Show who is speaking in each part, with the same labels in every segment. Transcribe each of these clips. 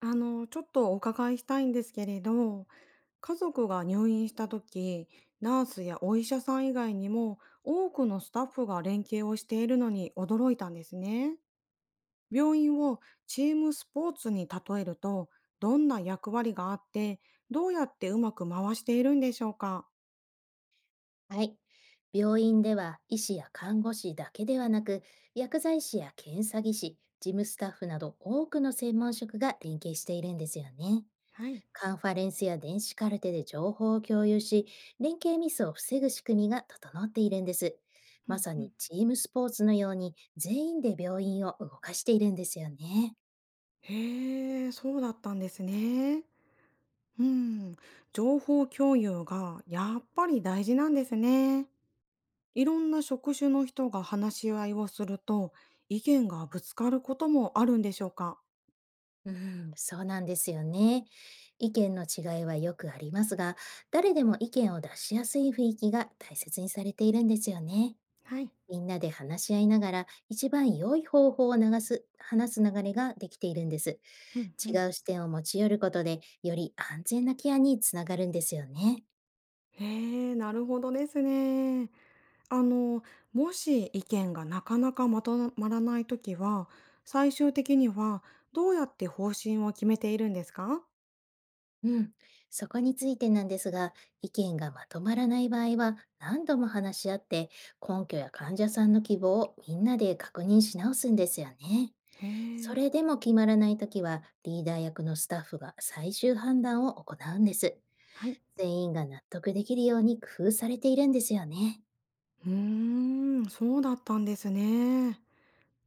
Speaker 1: ちょっとお伺いしたいんですけれど、家族が入院した時、ナースやお医者さん以外にも多くのスタッフが連携をしているのに驚いたんですね。病院をチームスポーツに例えると、どんな役割があって、どうやってうまく回しているんでしょうか。
Speaker 2: はい。病院では医師や看護師だけではなく、薬剤師や検査技師、事務スタッフなど多くの専門職が連携しているんですよね。
Speaker 1: はい。
Speaker 2: カンファレンスや電子カルテで情報を共有し、連携ミスを防ぐ仕組みが整っているんです。
Speaker 1: う
Speaker 2: ま
Speaker 1: ん
Speaker 2: さ
Speaker 1: う
Speaker 2: に
Speaker 1: ん。
Speaker 2: チームスポーツのように全員で病院を動かしているんですよね。
Speaker 1: へえ、そうだったんですね。うん、情報共有がやっぱり大事なんですね。いろんな職種の人が話し合いをすると、意見がぶつかることもあるんでしょうか？
Speaker 2: うん、そうなんですよね。意見の違いはよくありますが、誰でも意見を出しやすい雰囲気が大切にされているんですよね。
Speaker 1: はい。
Speaker 2: みんなで話し合いながら、一番良い方法を流す、話す流れができているんです。
Speaker 1: うんう
Speaker 2: 違
Speaker 1: ん。
Speaker 2: う視点を持ち寄ることで、より安全なケアにつながるんですよね。
Speaker 1: へえ、なるほどですね。あの、もし意見がなかなかまとまらないときは、最終的にはどうやって方針を決めているんですか？
Speaker 2: うん。そこについてなんですが、意見がまとまらない場合は、何度も話し合って、根拠や患者さんの希望をみんなで確認し直すんですよね。
Speaker 1: へ
Speaker 2: そ
Speaker 1: え。
Speaker 2: れでも決まらないときは、リーダー役のスタッフが最終判断を行うんです。
Speaker 1: はい。
Speaker 2: 全員が納得できるように工夫されているんですよね。
Speaker 1: うーん、そうだったんですね。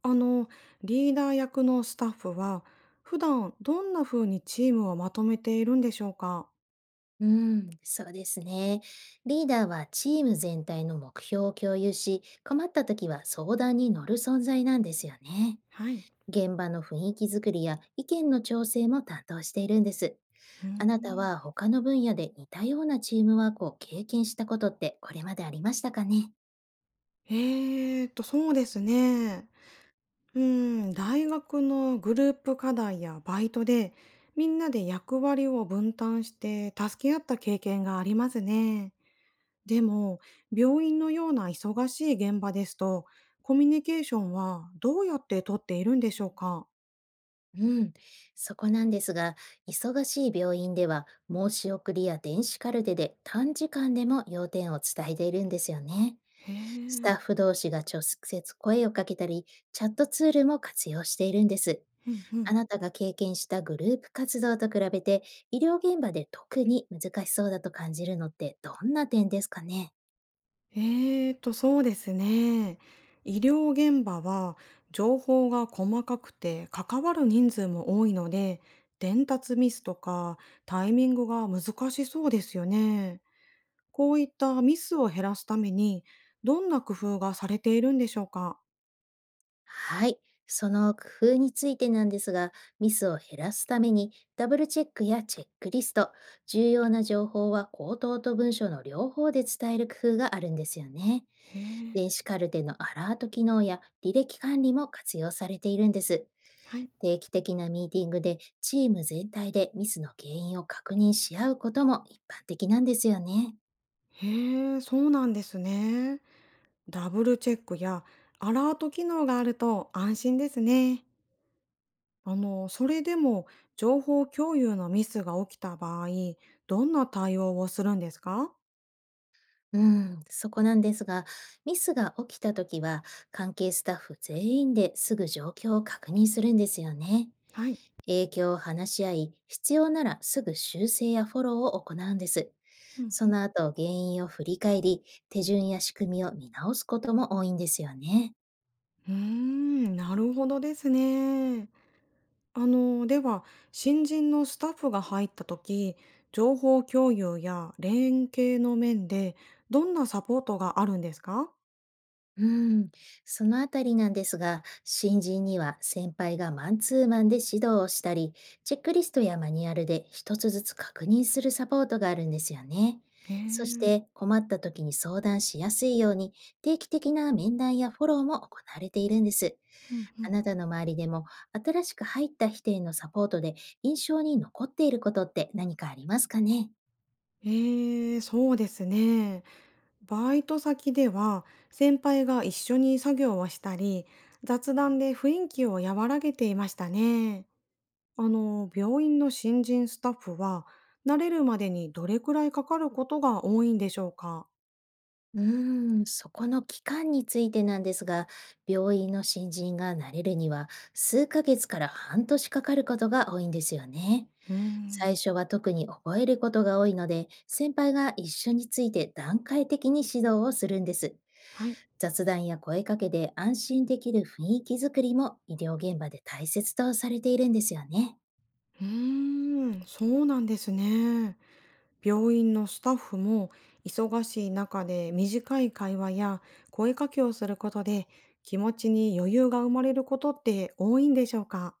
Speaker 1: あの、リーダー役のスタッフは、普段どんな風にチームをまとめているんでしょうか？
Speaker 2: うん、そうですね。リーダーはチーム全体の目標を共有し、困ったときは相談に乗る存在なんですよね。
Speaker 1: はい。
Speaker 2: 現場の雰囲気づくりや意見の調整も担当しているんです。
Speaker 1: うー
Speaker 2: あなた
Speaker 1: ん。
Speaker 2: は他の分野で似たようなチームワークを経験したことってこれまでありましたかね？
Speaker 1: えそうですね。うーん、大学のグループ課題やバイトで、みんなで役割を分担して助け合った経験がありますね。でも、病院のような忙しい現場ですと、コミュニケーションはどうやって取っているんでしょうか？
Speaker 2: うん、そこなんですが、忙しい病院では申し送りや電子カルテで短時間でも要点を伝えているんですよね。
Speaker 1: へ
Speaker 2: スタ
Speaker 1: え。
Speaker 2: ッフ同士が直接声をかけたり、チャットツールも活用しているんです。
Speaker 1: うんうん。
Speaker 2: あなたが経験したグループ活動と比べて、医療現場で特に難しそうだと感じるのってどんな点ですかね？
Speaker 1: そうですね。医療現場は情報が細かくて関わる人数も多いので、伝達ミスとかタイミングが難しそうですよね。こういったミスを減らすために、どんな工夫がされているんでしょうか？
Speaker 2: はい。その工夫についてなんですが、ミスを減らすために、ダブルチェックやチェックリスト、重要な情報は口頭と文書の両方で伝える工夫があるんですよね。
Speaker 1: へえ、
Speaker 2: 電子カルテのアラート機能や履歴管理も活用されているんです。
Speaker 1: はい。
Speaker 2: 定期的なミーティングでチーム全体でミスの原因を確認し合うことも一般的なんですよね。
Speaker 1: へえ、そうなんですね。ダブルチェックやアラート機能があると安心ですね。それでも情報共有のミスが起きた場合、どんな対応をするんですか？
Speaker 2: うん、そこなんですが、ミスが起きたときは、関係スタッフ全員ですぐ状況を確認するんですよね。
Speaker 1: はい。
Speaker 2: 影響を話し合い、必要ならすぐ修正やフォローを行うんです。
Speaker 1: うん
Speaker 2: そ
Speaker 1: うん。
Speaker 2: の後、原因を振り返り、手順や仕組みを見直すことも多いんですよね。
Speaker 1: うーん、なるほどですね。では、新人のスタッフが入った時、情報共有や連携の面でどんなサポートがあるんですか？
Speaker 2: うん、そのあたりなんですが、新人には先輩がマンツーマンで指導をしたり、チェックリストやマニュアルで一つずつ確認するサポートがあるんですよね。
Speaker 1: へ
Speaker 2: そし
Speaker 1: え。
Speaker 2: て困った時に相談しやすいように、定期的な面談やフォローも行われているんです。
Speaker 1: うんう
Speaker 2: あ
Speaker 1: ん。
Speaker 2: なたの周りでも新しく入った人へのサポートで印象に残っていることって何かありますかね？
Speaker 1: えそうですね。バイト先では先輩が一緒に作業をしたり雑談で雰囲気を和らげていましたね。病院の新人スタッフは慣れるまでにどれくらいかかることが多いんでしょうか？
Speaker 2: うーん、そこの期間についてなんですが、病院の新人が慣れるには数ヶ月から半年かかることが多いんですよね。
Speaker 1: うーん。
Speaker 2: 最初は特に覚えることが多いので、先輩が一緒について段階的に指導をするんです。
Speaker 1: はい。
Speaker 2: 雑談や声かけで安心できる雰囲気づくりも医療現場で大切とされているんですよね。
Speaker 1: うーん、そうなんですね。病院のスタッフも忙しい中で短い会話や声かけをすることで気持ちに余裕が生まれることって多いんでしょうか？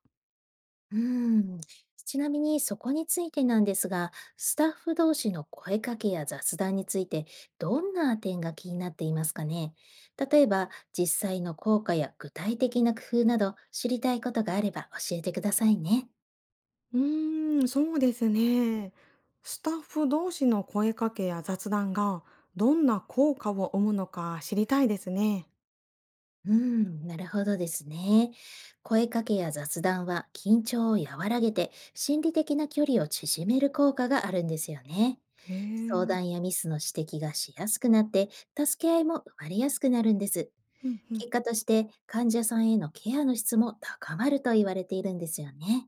Speaker 2: うーん。ちなみにそこについてなんですが、スタッフ同士の声かけや雑談についてどんな点が気になっていますかね？例えば、実際の効果や具体的な工夫など知りたいことがあれば教えてくださいね。
Speaker 1: うーん、そうですね。スタッフ同士の声かけや雑談がどんな効果を生むのか知りたいですね。
Speaker 2: うーん、なるほどですね。声かけや雑談は緊張を和らげて心理的な距離を縮める効果があるんですよね。
Speaker 1: へえ、う
Speaker 2: 相
Speaker 1: ん
Speaker 2: 談やミスの指摘がしやすくなって助け合いも生まれやすくなるんです。
Speaker 1: うん。
Speaker 2: 結果として患者さんへのケアの質も高まると言われているんですよね。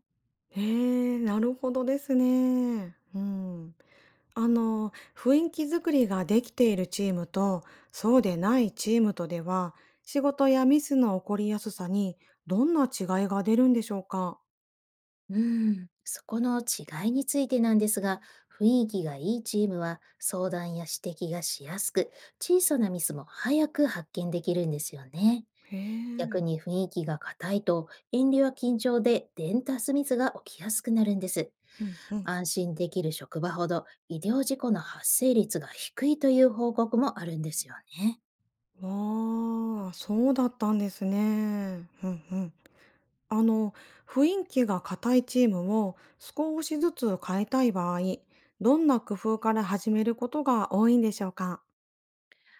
Speaker 1: へえ、なるほどですね。うん。雰囲気作りができているチームとそうでないチームとでは、仕事やミスの起こりやすさにどんな違いが出るんでしょうか。
Speaker 2: うん、そこの違いについてなんですが、雰囲気がいいチームは相談や指摘がしやすく、小さなミスも早く発見できるんですよね。
Speaker 1: へえ、
Speaker 2: 逆に雰囲気が硬いと、遠慮は緊張で伝達ミスが起きやすくなるんです。
Speaker 1: うんうん。
Speaker 2: 安心できる職場ほど医療事故の発生率が低いという報告もあるんですよね。
Speaker 1: わあ、そうだったんですね。うんうん。あの、雰囲気が硬いチームを少しずつ変えたい場合、どんな工夫から始めることが多いんでしょうか？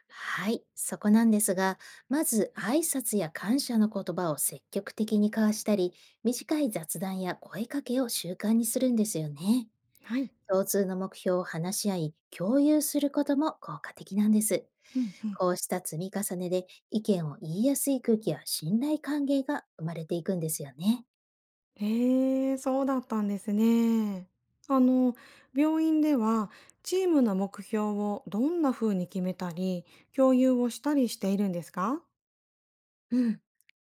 Speaker 2: はい、そこなんですが、まず挨拶や感謝の言葉を積極的に交わしたり、短い雑談や声かけを習慣にするんですよね。
Speaker 1: はい。
Speaker 2: 共通の目標を話し合い、共有することも効果的なんです。
Speaker 1: うんうん。
Speaker 2: こうした積み重ねで意見を言いやすい空気や信頼関係が生まれていくんですよね。
Speaker 1: へえ、そうだったんですね。あの、病院ではチームの目標をどんな風に決めたり、共有をしたりしているんですか？
Speaker 2: うん。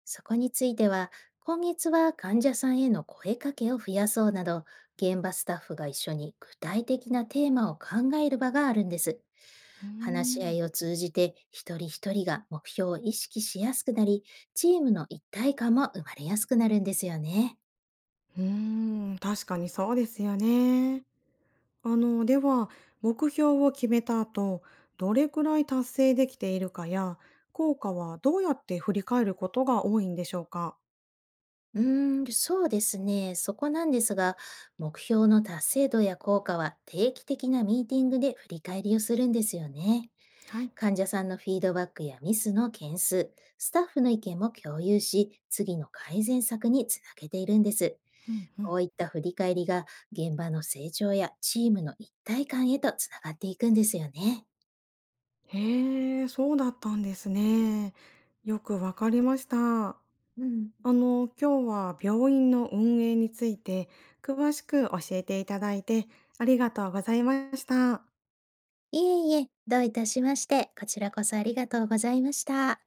Speaker 2: そこについては、今月は患者さんへの声かけを増やそうなど、現場スタッフが一緒に具体的なテーマを考える場があるんです。
Speaker 1: うー
Speaker 2: 話し合
Speaker 1: ん。
Speaker 2: いを通じて、一人一人が目標を意識しやすくなり、チームの一体感も生まれやすくなるんですよね。
Speaker 1: うーん、確かにそうですよね。では、目標を決めた後、どれくらい達成できているかや、効果はどうやって振り返ることが多いんでしょうか？
Speaker 2: うーん、そうですね。そこなんですが、目標の達成度や効果は定期的なミーティングで振り返りをするんですよね。
Speaker 1: はい。
Speaker 2: 患者さんのフィードバックやミスの件数、スタッフの意見も共有し、次の改善策につなげているんです。
Speaker 1: うんう
Speaker 2: こ
Speaker 1: ん。
Speaker 2: ういった振り返りが現場の成長やチームの一体感へとつながっていくんですよね。
Speaker 1: へえ、そうだったんですね。よくわかりました。
Speaker 2: うん。
Speaker 1: 今日は病院の運営について詳しく教えていただいてありがとうございました。
Speaker 2: いえいえ、どういたしまして、こちらこそありがとうございました。